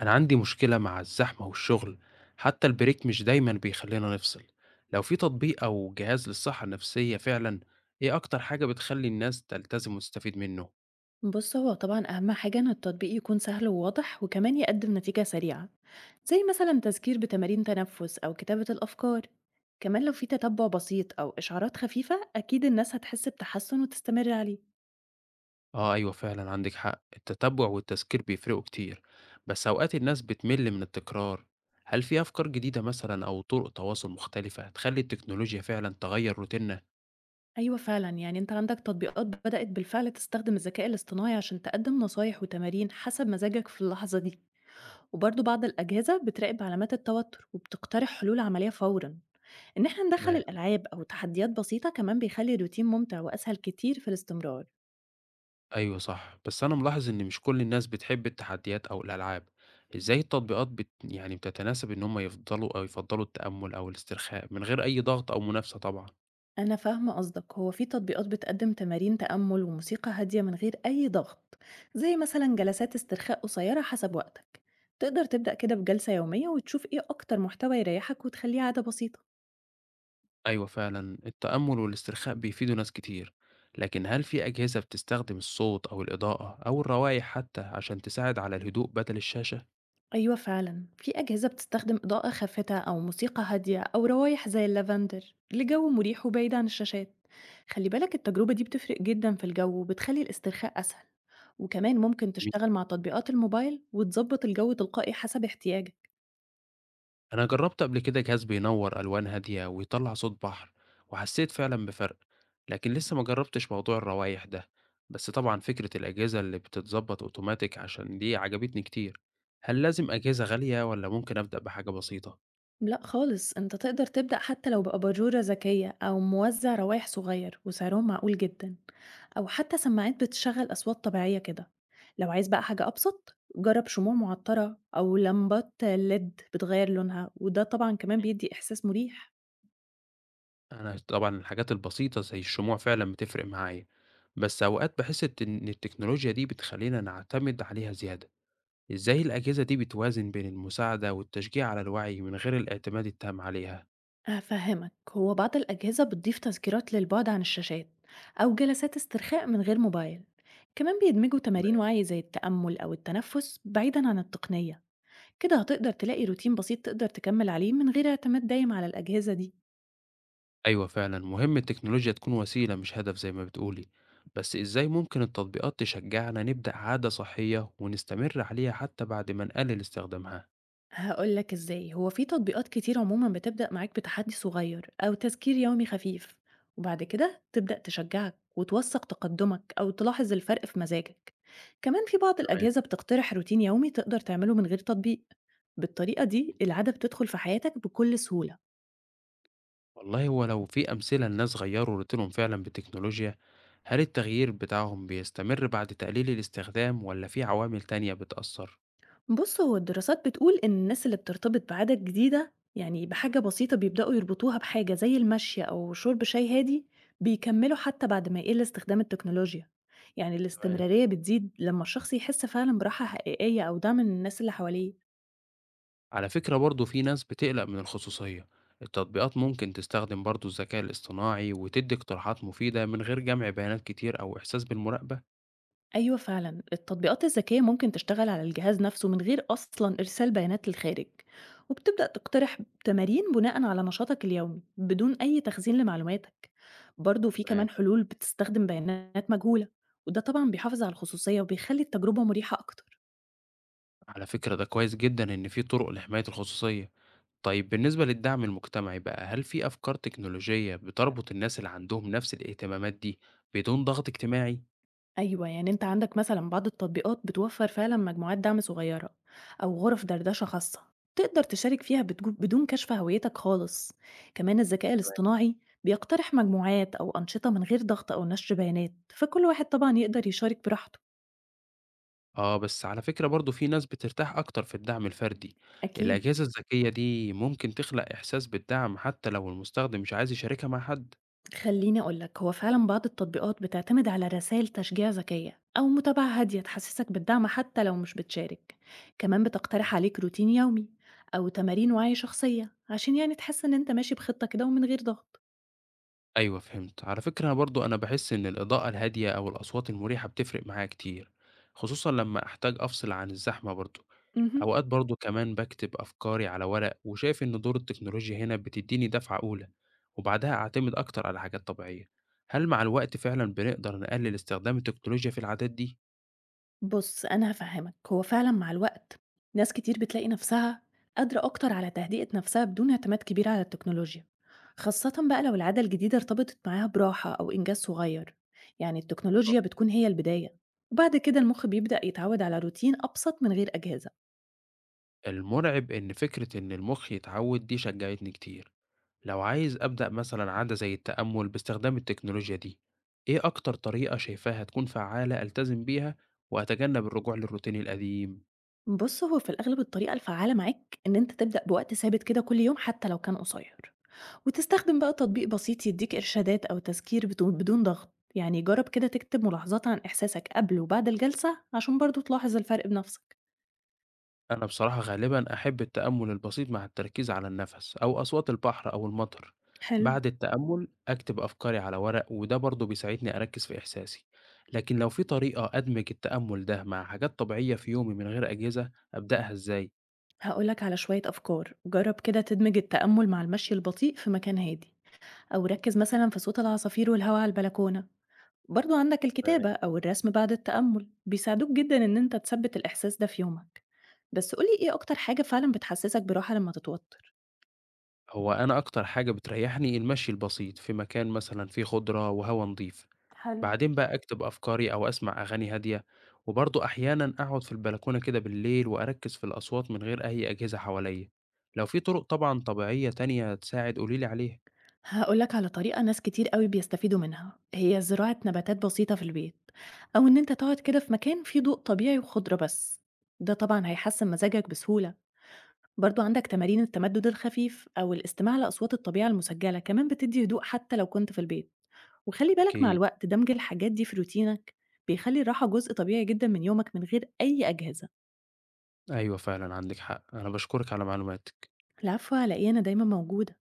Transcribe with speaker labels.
Speaker 1: أنا عندي مشكلة مع الزحمة والشغل. حتى البريك مش دايما بيخلينا نفصل. لو في تطبيق أو جهاز للصحة النفسية فعلا، إيه أكتر حاجة بتخلي الناس تلتزم وتستفيد منه؟
Speaker 2: بص، هو طبعا أهم حاجة إن التطبيق يكون سهل وواضح، وكمان يقدم نتيجة سريعة، زي مثلا تذكير بتمارين تنفس أو كتابة الأفكار. كمان لو في تتبع بسيط أو إشعارات خفيفة، أكيد الناس هتحس بتحسن وتستمر عليه.
Speaker 1: آه أيوة فعلا، عندك حق، التتبع والتذكير بيفرقوا كتير، بس أوقات الناس بتمل من التكرار. هل في أفكار جديدة مثلا أو طرق تواصل مختلفة تخلي التكنولوجيا فعلا تغير روتيننا؟
Speaker 2: أيوة فعلا، يعني أنت عندك تطبيقات بدأت بالفعل تستخدم الذكاء الاصطناعي عشان تقدم نصايح وتمارين حسب مزاجك في اللحظة دي، وبرضه بعض الأجهزة بتراقب علامات التوتر وبتقترح حلول عملية فورا. إن إحنا ندخّل
Speaker 1: تمام.
Speaker 2: الألعاب أو تحديات بسيطة كمان بيخلّي الروتين ممتع وأسهل كتير في الاستمرار.
Speaker 1: أيوه صح، بس أنا ملاحظ إن مش كل الناس بتحب التحديات أو الألعاب، إزاي التطبيقات بت يعني بتتناسب إن هم يفضلوا التأمل أو الاسترخاء من غير أي ضغط أو منافسة طبعًا؟
Speaker 2: أنا فاهمة قصدك، هو في تطبيقات بتقدّم تمارين تأمُّل وموسيقى هادية من غير أي ضغط، زي مثلًا جلسات استرخاء قصيرة حسب وقتك. تقدر تبدأ كده بجلسة يومية وتشوف إيه أكتر محتوى يريّحك وتخلّيه عادة بسيطة.
Speaker 1: أيوه فعلًا، التأمل والاسترخاء بيفيدوا ناس كتير، لكن هل في أجهزة بتستخدم الصوت أو الإضاءة أو الروايح حتى عشان تساعد على الهدوء بدل الشاشة؟
Speaker 2: أيوة فعلا، في أجهزة بتستخدم إضاءة خافتة أو موسيقى هادية أو روايح زي اللافندر لجو مريح وبعيد عن الشاشات. خلي بالك التجربة دي بتفرق جدا في الجو وبتخلي الاسترخاء أسهل، وكمان ممكن تشتغل مع تطبيقات الموبايل وتظبط الجو تلقائي حسب احتياجك.
Speaker 1: أنا جربت قبل كده جهاز بينور ألوان هادية ويطلع صوت بحر، وحسيت فعلا بفرق، لكن لسه ما جربتش موضوع الروايح ده. بس طبعا فكرة الأجهزة اللي بتتظبط أوتوماتيك عشان دي عجبتني كتير. هل لازم أجهزة غالية ولا ممكن أبدأ بحاجة بسيطة؟
Speaker 2: لأ خالص، أنت تقدر تبدأ حتى لو بأباجورة ذكية أو موزع روايح صغير وسعرهم معقول جدًا، أو حتى سماعات بتشغل أصوات طبيعية كده. لو عايز بقى حاجة أبسط، جرب شموع معطرة أو لمبات LED بتغير لونها، وده طبعًا كمان بيدي إحساس مريح.
Speaker 1: أنا طبعا الحاجات البسيطة زي الشموع فعلا بتفرق معايا، بس أوقات بحس إن التكنولوجيا دي بتخلينا نعتمد عليها زيادة. إزاي الأجهزة دي بتوازن بين المساعدة والتشجيع على الوعي من غير الاعتماد التام عليها؟
Speaker 2: هافهمك، هو بعض الأجهزة بتضيف تذكيرات للبعد عن الشاشات أو جلسات استرخاء من غير موبايل، كمان بيدمجوا تمارين وعي زي التأمل أو التنفس بعيدًا عن التقنية. كده هتقدر تلاقي روتين بسيط تقدر تكمل عليه من غير اعتماد دايم على الأجهزة دي.
Speaker 1: أيوة فعلا، مهم التكنولوجيا تكون وسيلة مش هدف زي ما بتقولي. بس إزاي ممكن التطبيقات تشجعنا نبدأ عادة صحية ونستمر عليها حتى بعد ما نقلل استخدامها؟
Speaker 2: هقولك إزاي. هو في تطبيقات كتير عموما بتبدأ معاك بتحدي صغير أو تذكير يومي خفيف، وبعد كده تبدأ تشجعك وتوثق تقدمك أو تلاحظ الفرق في مزاجك. كمان في بعض
Speaker 1: تمام.
Speaker 2: الأجهزة بتقترح روتين يومي تقدر تعمله من غير تطبيق. بالطريقة دي العادة بتدخل في حياتك بكل سهولة.
Speaker 1: والله، هو لو في أمثلة لناس غيروا روتينهم فعلا بالتكنولوجيا، هل التغيير بتاعهم بيستمر بعد تقليل الاستخدام ولا في عوامل تانية بتأثر؟
Speaker 2: بُص، هو الدراسات بتقول إن الناس اللي بترتبط بعادة جديدة، يعني بحاجة بسيطة بيبدأوا يربطوها بحاجة زي المشي أو شرب شاي هادي، بيكملوا حتى بعد ما يقل استخدام التكنولوجيا. يعني
Speaker 1: تمام.
Speaker 2: الاستمرارية بتزيد لما الشخص يحس فعلًا براحة حقيقية أو دعم من الناس اللي حواليه.
Speaker 1: على فكرة، برضو في ناس بتقلق من الخصوصية. التطبيقات ممكن تستخدم برضو الذكاء الاصطناعي وتدي اقتراحات مفيدة من غير جمع بيانات كتير أو إحساس بالمراقبة؟
Speaker 2: أيوه فعلًا، التطبيقات الذكية ممكن تشتغل على الجهاز نفسه من غير أصلًا إرسال بيانات للخارج، وبتبدأ تقترح تمارين بناءً على نشاطك اليومي بدون أي تخزين لمعلوماتك. برضه في
Speaker 1: تمام.
Speaker 2: كمان حلول بتستخدم بيانات مجهولة، وده طبعًا بيحافظ على الخصوصية وبيخلي التجربة مريحة أكتر.
Speaker 1: على فكرة، ده كويس جدا إن في طرق لحماية الخصوصية. طيب، بالنسبة للدعم المجتمعي بقى، هل في أفكار تكنولوجية بتربط الناس اللي عندهم نفس الاهتمامات دي بدون ضغط اجتماعي؟
Speaker 2: أيوة، يعني أنت عندك مثلا بعض التطبيقات بتوفر فعلا مجموعات دعم صغيرة أو غرف دردشة خاصة تقدر تشارك فيها بدون كشف هويتك خالص. كمان الذكاء الاصطناعي بيقترح مجموعات أو أنشطة من غير ضغط أو نشر بيانات، فكل واحد طبعا يقدر يشارك براحته.
Speaker 1: آه، بس على فكرة برضو في ناس بترتاح أكتر في الدعم الفردي.
Speaker 2: أكيد.
Speaker 1: الأجهزة الذكية دي ممكن تخلق إحساس بالدعم حتى لو المستخدم مش عايز يشاركها مع حد؟
Speaker 2: خليني أقولك، هو فعلا بعض التطبيقات بتعتمد على رسائل تشجيع ذكية أو متابعة هادية تحسسك بالدعم حتى لو مش بتشارك. كمان بتقترح عليك روتين يومي أو تمارين وعي شخصية عشان يعني تحس إن أنت ماشي بخطة كده ومن غير ضغط.
Speaker 1: أيوة فهمت. على فكرة، أنا برضو بحس إن الإضاءة الهادية أو الأصوات المريحة بتفرق معايا كتير، خصوصا لما أحتاج أفصل عن الزحمة. برضو
Speaker 2: مهم.
Speaker 1: أوقات برضه كمان باكتب أفكاري على ورق، وشايف إن دور التكنولوجيا هنا بتديني دفعة أولى، وبعدها أعتمد أكتر على حاجات طبيعية. هل مع الوقت فعلا بنقدر نقلل استخدام التكنولوجيا في العادات دي؟
Speaker 2: بُص، أنا هافهّمك، هو فعلًا مع الوقت ناس كتير بتلاقي نفسها قادرة أكتر على تهدئة نفسها بدون اعتماد كبير على التكنولوجيا، خاصةً بقى لو العادة الجديدة ارتبطت معاها براحة أو إنجاز صغير. يعني التكنولوجيا بتكون هي البداية، وبعد كده المخ بيبدأ يتعود على روتين أبسط من غير أجهزة.
Speaker 1: المرعب إن فكرة إن المخ يتعود دي شجعتني كتير. لو عايز أبدأ مثلا عادة زي التأمل باستخدام التكنولوجيا دي، إيه أكتر طريقة شايفاها تكون فعالة ألتزم بيها وأتجنب الرجوع للروتين القديم؟
Speaker 2: بُص، هو في الأغلب الطريقة الفعّالة معاك إن أنت تبدأ بوقت ثابت كده كل يوم حتى لو كان قصير، وتستخدم بقى تطبيق بسيط يديك إرشادات أو تذكير بدون ضغط. يعني جرب كده تكتب ملاحظات عن إحساسك قبل وبعد الجلسة عشان برضو تلاحظ الفرق بنفسك.
Speaker 1: أنا بصراحة غالبًا أحب التأمُّل البسيط مع التركيز على النَفَس أو أصوات البحر أو المطر.
Speaker 2: حلو.
Speaker 1: بعد التأمُّل أكتب أفكاري على ورق، وده برضه بيساعدني أركّز في إحساسي، لكن لو في طريقة أدمج التأمُّل ده مع حاجات طبيعية في يومي من غير أجهزة، أبدأها إزاي؟
Speaker 2: هقولك على شوية أفكار. جرب كده تدمج التأمل مع المشي البطيء في مكان هادي، أو ركز مثلا في صوت العصافير والهواء على البلكونة. برضو عندك
Speaker 1: تمام.
Speaker 2: الكتابة أو الرسم بعد التأمل بيساعدوك جدا إن أنت تثبت الإحساس ده في يومك. بس قولي إيه أكتر حاجة فعلا بتحسسك براحة لما تتوتر.
Speaker 1: هو أنا أكتر حاجة بتريّحني المشي البسيط في مكان مثلًا فيه خُضرة وهوا نضيف.
Speaker 2: حلو.
Speaker 1: بعدين بقى أكتب أفكاري أو أسمع أغاني هادية، وبرضه أحيانًا أقعد في البلكونة كده بالليل وأركّز في الأصوات من غير أي أجهزة حواليّا. لو في طرق طبعًا طبيعية تانية تساعد قولي لي عليها.
Speaker 2: هاقول لك على طريقة ناس كتير أوي بيستفيدوا منها، هي زراعة نباتات بسيطة في البيت، أو إن أنت تقعد كده في مكان فيه ضوء طبيعي وخضرة بس، ده طبعًا هيحسن مزاجك بسهولة. برضو عندك تمارين التمدد الخفيف أو الاستماع لأصوات الطبيعة المسجلة، كمان بتدي هدوء حتى لو كنت في البيت. وخلي بالك مع
Speaker 1: أكيد.
Speaker 2: الوقت دمج الحاجات دي في روتينك بيخلي الراحة جزء طبيعي جدًا من يومك من غير أي أجهزة.
Speaker 1: أيوه فعلًا عندِك حق، أنا باشكرِك على معلوماتِك.
Speaker 2: العفو، هلاقيه أنا دايمًا موجودة.